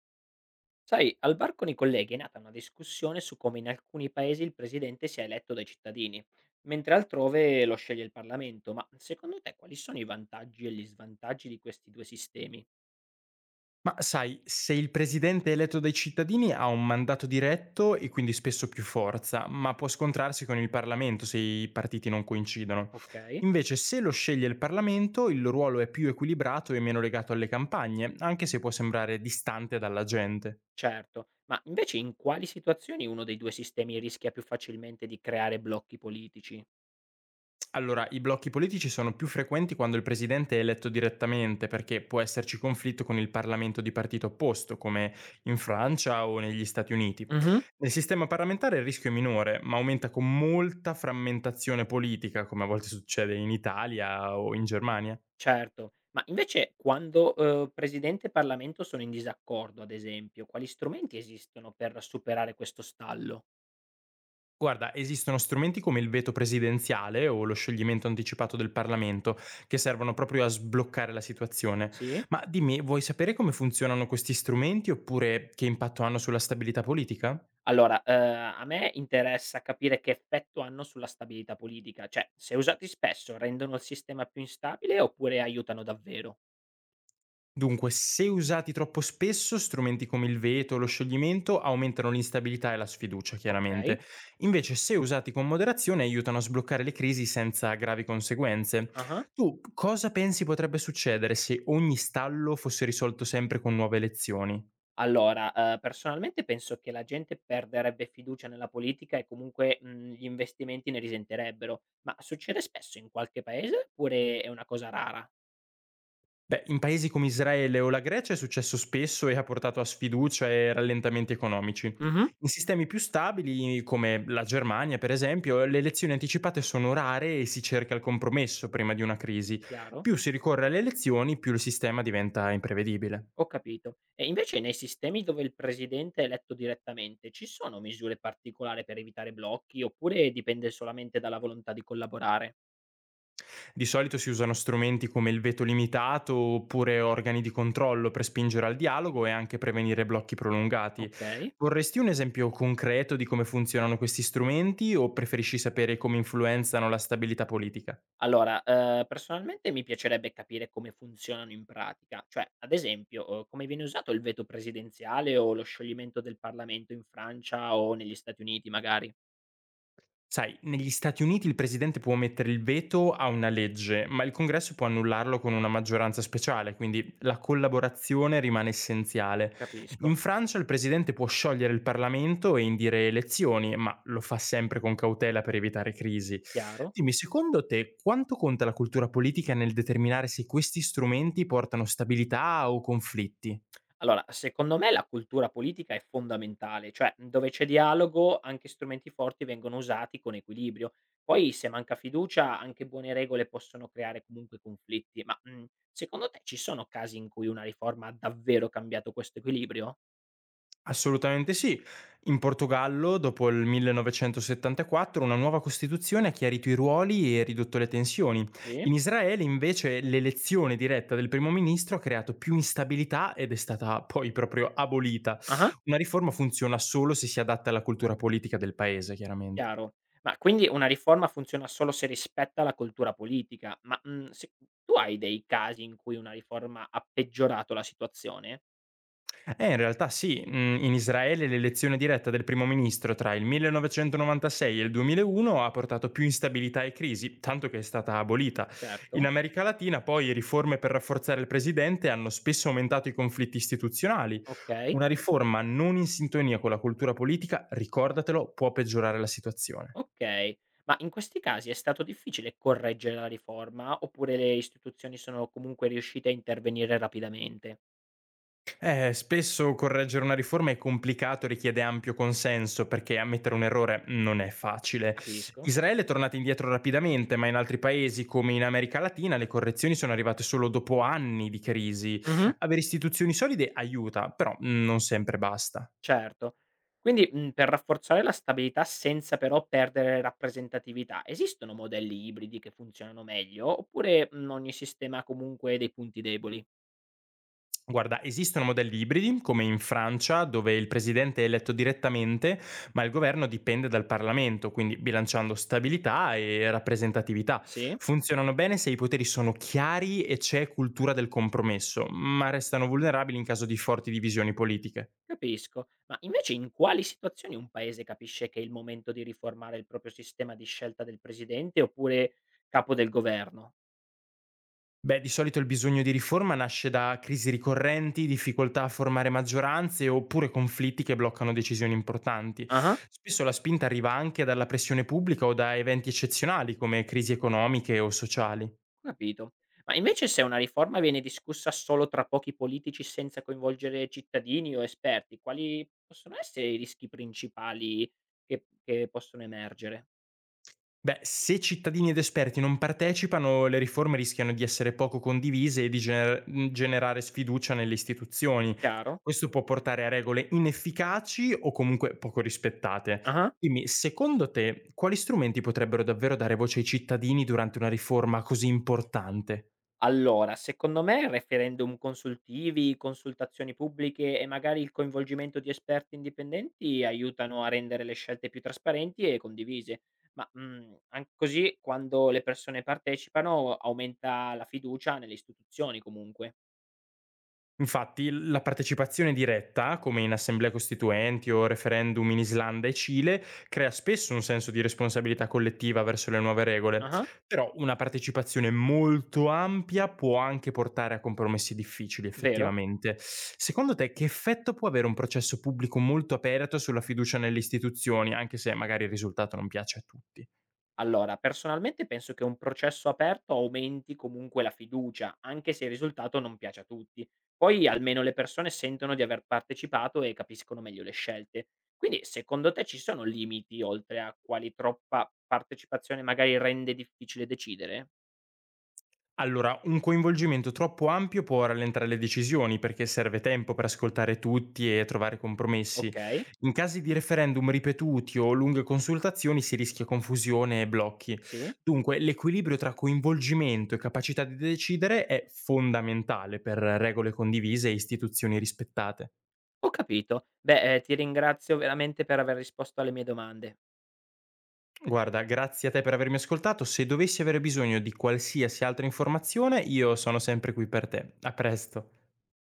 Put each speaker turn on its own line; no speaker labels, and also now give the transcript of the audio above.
Sai, al bar con i colleghi è nata una discussione su come in alcuni paesi il presidente sia eletto dai cittadini, mentre altrove lo sceglie il Parlamento. Ma secondo te quali sono i vantaggi e gli svantaggi di questi due sistemi?
Ma sai, se il presidente è eletto dai cittadini ha un mandato diretto e quindi spesso più forza, ma può scontrarsi con il Parlamento se i partiti non coincidono.
Ok,
Invece, se lo sceglie il Parlamento, il ruolo è più equilibrato e meno legato alle campagne, anche se può sembrare distante dalla gente.
certo, ma invece in quali situazioni uno dei due sistemi rischia più facilmente di creare blocchi politici?
Allora, i blocchi politici sono più frequenti quando il presidente è eletto direttamente, perché può esserci conflitto con il Parlamento di partito opposto, come in Francia o negli Stati Uniti.
Mhm.
Nel sistema parlamentare il rischio è minore, ma aumenta con molta frammentazione politica, come a volte succede in Italia o in Germania.
Certo, ma invece quando presidente e Parlamento sono in disaccordo, ad esempio, quali strumenti esistono per superare questo stallo?
Guarda, esistono strumenti come il veto presidenziale o lo scioglimento anticipato del Parlamento che servono proprio a sbloccare la situazione.
Sì?
Ma dimmi, vuoi sapere come funzionano questi strumenti oppure che impatto hanno sulla stabilità politica?
Allora, a me interessa capire che effetto hanno sulla stabilità politica, cioè se usati spesso rendono il sistema più instabile oppure aiutano davvero?
Dunque, se usati troppo spesso, strumenti come il veto o lo scioglimento aumentano l'instabilità e la sfiducia, chiaramente.
Okay.
Invece, se usati con moderazione, aiutano a sbloccare le crisi senza gravi conseguenze.
Ah-ah.
Tu cosa pensi potrebbe succedere se ogni stallo fosse risolto sempre con nuove elezioni?
Allora, personalmente penso che la gente perderebbe fiducia nella politica e comunque, gli investimenti ne risenterebbero. Ma succede spesso in qualche paese oppure è una cosa rara?
Beh, in paesi come Israele o la Grecia è successo spesso e ha portato a sfiducia e rallentamenti economici.
Mh-mh.
In sistemi più stabili, come la Germania per esempio, le elezioni anticipate sono rare e si cerca il compromesso prima di una crisi.
Chiaro.
Più si ricorre alle elezioni, più il sistema diventa imprevedibile.
Ho capito. E invece nei sistemi dove il presidente è eletto direttamente, ci sono misure particolari per evitare blocchi oppure dipende solamente dalla volontà di collaborare?
Di solito si usano strumenti come il veto limitato oppure organi di controllo per spingere al dialogo e anche prevenire blocchi prolungati.
Ok.
Vorresti un esempio concreto di come funzionano questi strumenti o preferisci sapere come influenzano la stabilità politica?
Allora, personalmente mi piacerebbe capire come funzionano in pratica, cioè, ad esempio, come viene usato il veto presidenziale o lo scioglimento del Parlamento in Francia o negli Stati Uniti, magari.
Sai, negli Stati Uniti il presidente può mettere il veto a una legge, ma il congresso può annullarlo con una maggioranza speciale, quindi la collaborazione rimane essenziale. In
Capisco.
Francia il presidente può sciogliere il Parlamento e indire elezioni, ma lo fa sempre con cautela per evitare crisi.
Chiaro?
Dimmi, secondo te quanto conta la cultura politica nel determinare se questi strumenti portano stabilità o conflitti?
Allora, secondo me la cultura politica è fondamentale, cioè, dove c'è dialogo anche strumenti forti vengono usati con equilibrio. Poi se manca fiducia anche buone regole possono creare comunque conflitti, secondo te ci sono casi in cui una riforma ha davvero cambiato questo equilibrio?
Assolutamente sì. In Portogallo, dopo il 1974, una nuova Costituzione ha chiarito i ruoli e ridotto le tensioni.
Sì?
In Israele, invece, l'elezione diretta del primo ministro ha creato più instabilità ed è stata poi proprio abolita.
Ah,
Una riforma funziona solo se si adatta alla cultura politica del paese, chiaramente.
chiaro. Ma quindi una riforma funziona solo se rispetta la cultura politica, tu hai dei casi in cui una riforma ha peggiorato la situazione?
In realtà sì, in Israele l'elezione diretta del primo ministro tra il 1996 e il 2001 ha portato più instabilità e crisi, tanto che è stata abolita. In
Certo.
America Latina poi riforme per rafforzare il presidente hanno spesso aumentato i conflitti istituzionali.
Ok.
Una riforma non in sintonia con la cultura politica, ricordatelo, può peggiorare la situazione.
Okay. Ma in questi casi è stato difficile correggere la riforma, oppure le istituzioni sono comunque riuscite a intervenire rapidamente?
Spesso correggere una riforma è complicato e richiede ampio consenso, perché ammettere un errore non è facile.
Capisco.
Israele è tornata indietro rapidamente, ma in altri paesi, come in America Latina, le correzioni sono arrivate solo dopo anni di crisi.
Mh-mh.
Avere istituzioni solide aiuta, però non sempre basta.
Certo. Quindi, per rafforzare la stabilità senza però perdere rappresentatività, esistono modelli ibridi che funzionano meglio, oppure, ogni sistema ha comunque dei punti deboli?
Guarda, esistono modelli ibridi, come in Francia, dove il presidente è eletto direttamente, ma il governo dipende dal Parlamento, quindi bilanciando stabilità e rappresentatività.
Sì.
Funzionano bene se i poteri sono chiari e c'è cultura del compromesso, ma restano vulnerabili in caso di forti divisioni politiche.
Capisco. Ma invece in quali situazioni un paese capisce che è il momento di riformare il proprio sistema di scelta del presidente oppure capo del governo?
Beh, di solito il bisogno di riforma nasce da crisi ricorrenti, difficoltà a formare maggioranze oppure conflitti che bloccano decisioni importanti.
Ah-ah,
Spesso la spinta arriva anche dalla pressione pubblica o da eventi eccezionali come crisi economiche o sociali.
capito. Ma invece se una riforma viene discussa solo tra pochi politici senza coinvolgere cittadini o esperti, quali possono essere i rischi principali che possono emergere?
Beh, se cittadini ed esperti non partecipano, le riforme rischiano di essere poco condivise e di generare sfiducia nelle istituzioni.
Chiaro?
Questo può portare a regole inefficaci o comunque poco rispettate.
Ah-ah.
Dimmi, secondo te, quali strumenti potrebbero davvero dare voce ai cittadini durante una riforma così importante?
Allora, secondo me referendum consultivi, consultazioni pubbliche e magari il coinvolgimento di esperti indipendenti aiutano a rendere le scelte più trasparenti e condivise. An così quando le persone partecipano aumenta la fiducia nelle istituzioni comunque.
Infatti la partecipazione diretta, come in assemblee costituenti o referendum in Islanda e Cile, crea spesso un senso di responsabilità collettiva verso le nuove regole,
Ah-ah,
però una partecipazione molto ampia può anche portare a compromessi difficili
vero.
effettivamente. Secondo te che effetto può avere un processo pubblico molto aperto sulla fiducia nelle istituzioni, anche se magari il risultato non piace a tutti?
Allora, personalmente penso che un processo aperto aumenti comunque la fiducia, anche se il risultato non piace a tutti. Poi almeno le persone sentono di aver partecipato e capiscono meglio le scelte. Quindi, secondo te ci sono limiti oltre a quali troppa partecipazione magari rende difficile decidere?
Allora, un coinvolgimento troppo ampio può rallentare le decisioni perché serve tempo per ascoltare tutti e trovare compromessi.
Okay,
In casi di referendum ripetuti o lunghe consultazioni si rischia confusione e blocchi.
sì,
Dunque, l'equilibrio tra coinvolgimento e capacità di decidere è fondamentale per regole condivise e istituzioni rispettate.
ho capito. Beh, ti ringrazio veramente per aver risposto alle mie domande.
Guarda, grazie a te per avermi ascoltato. Se dovessi avere bisogno di qualsiasi altra informazione, io sono sempre qui per te. A presto.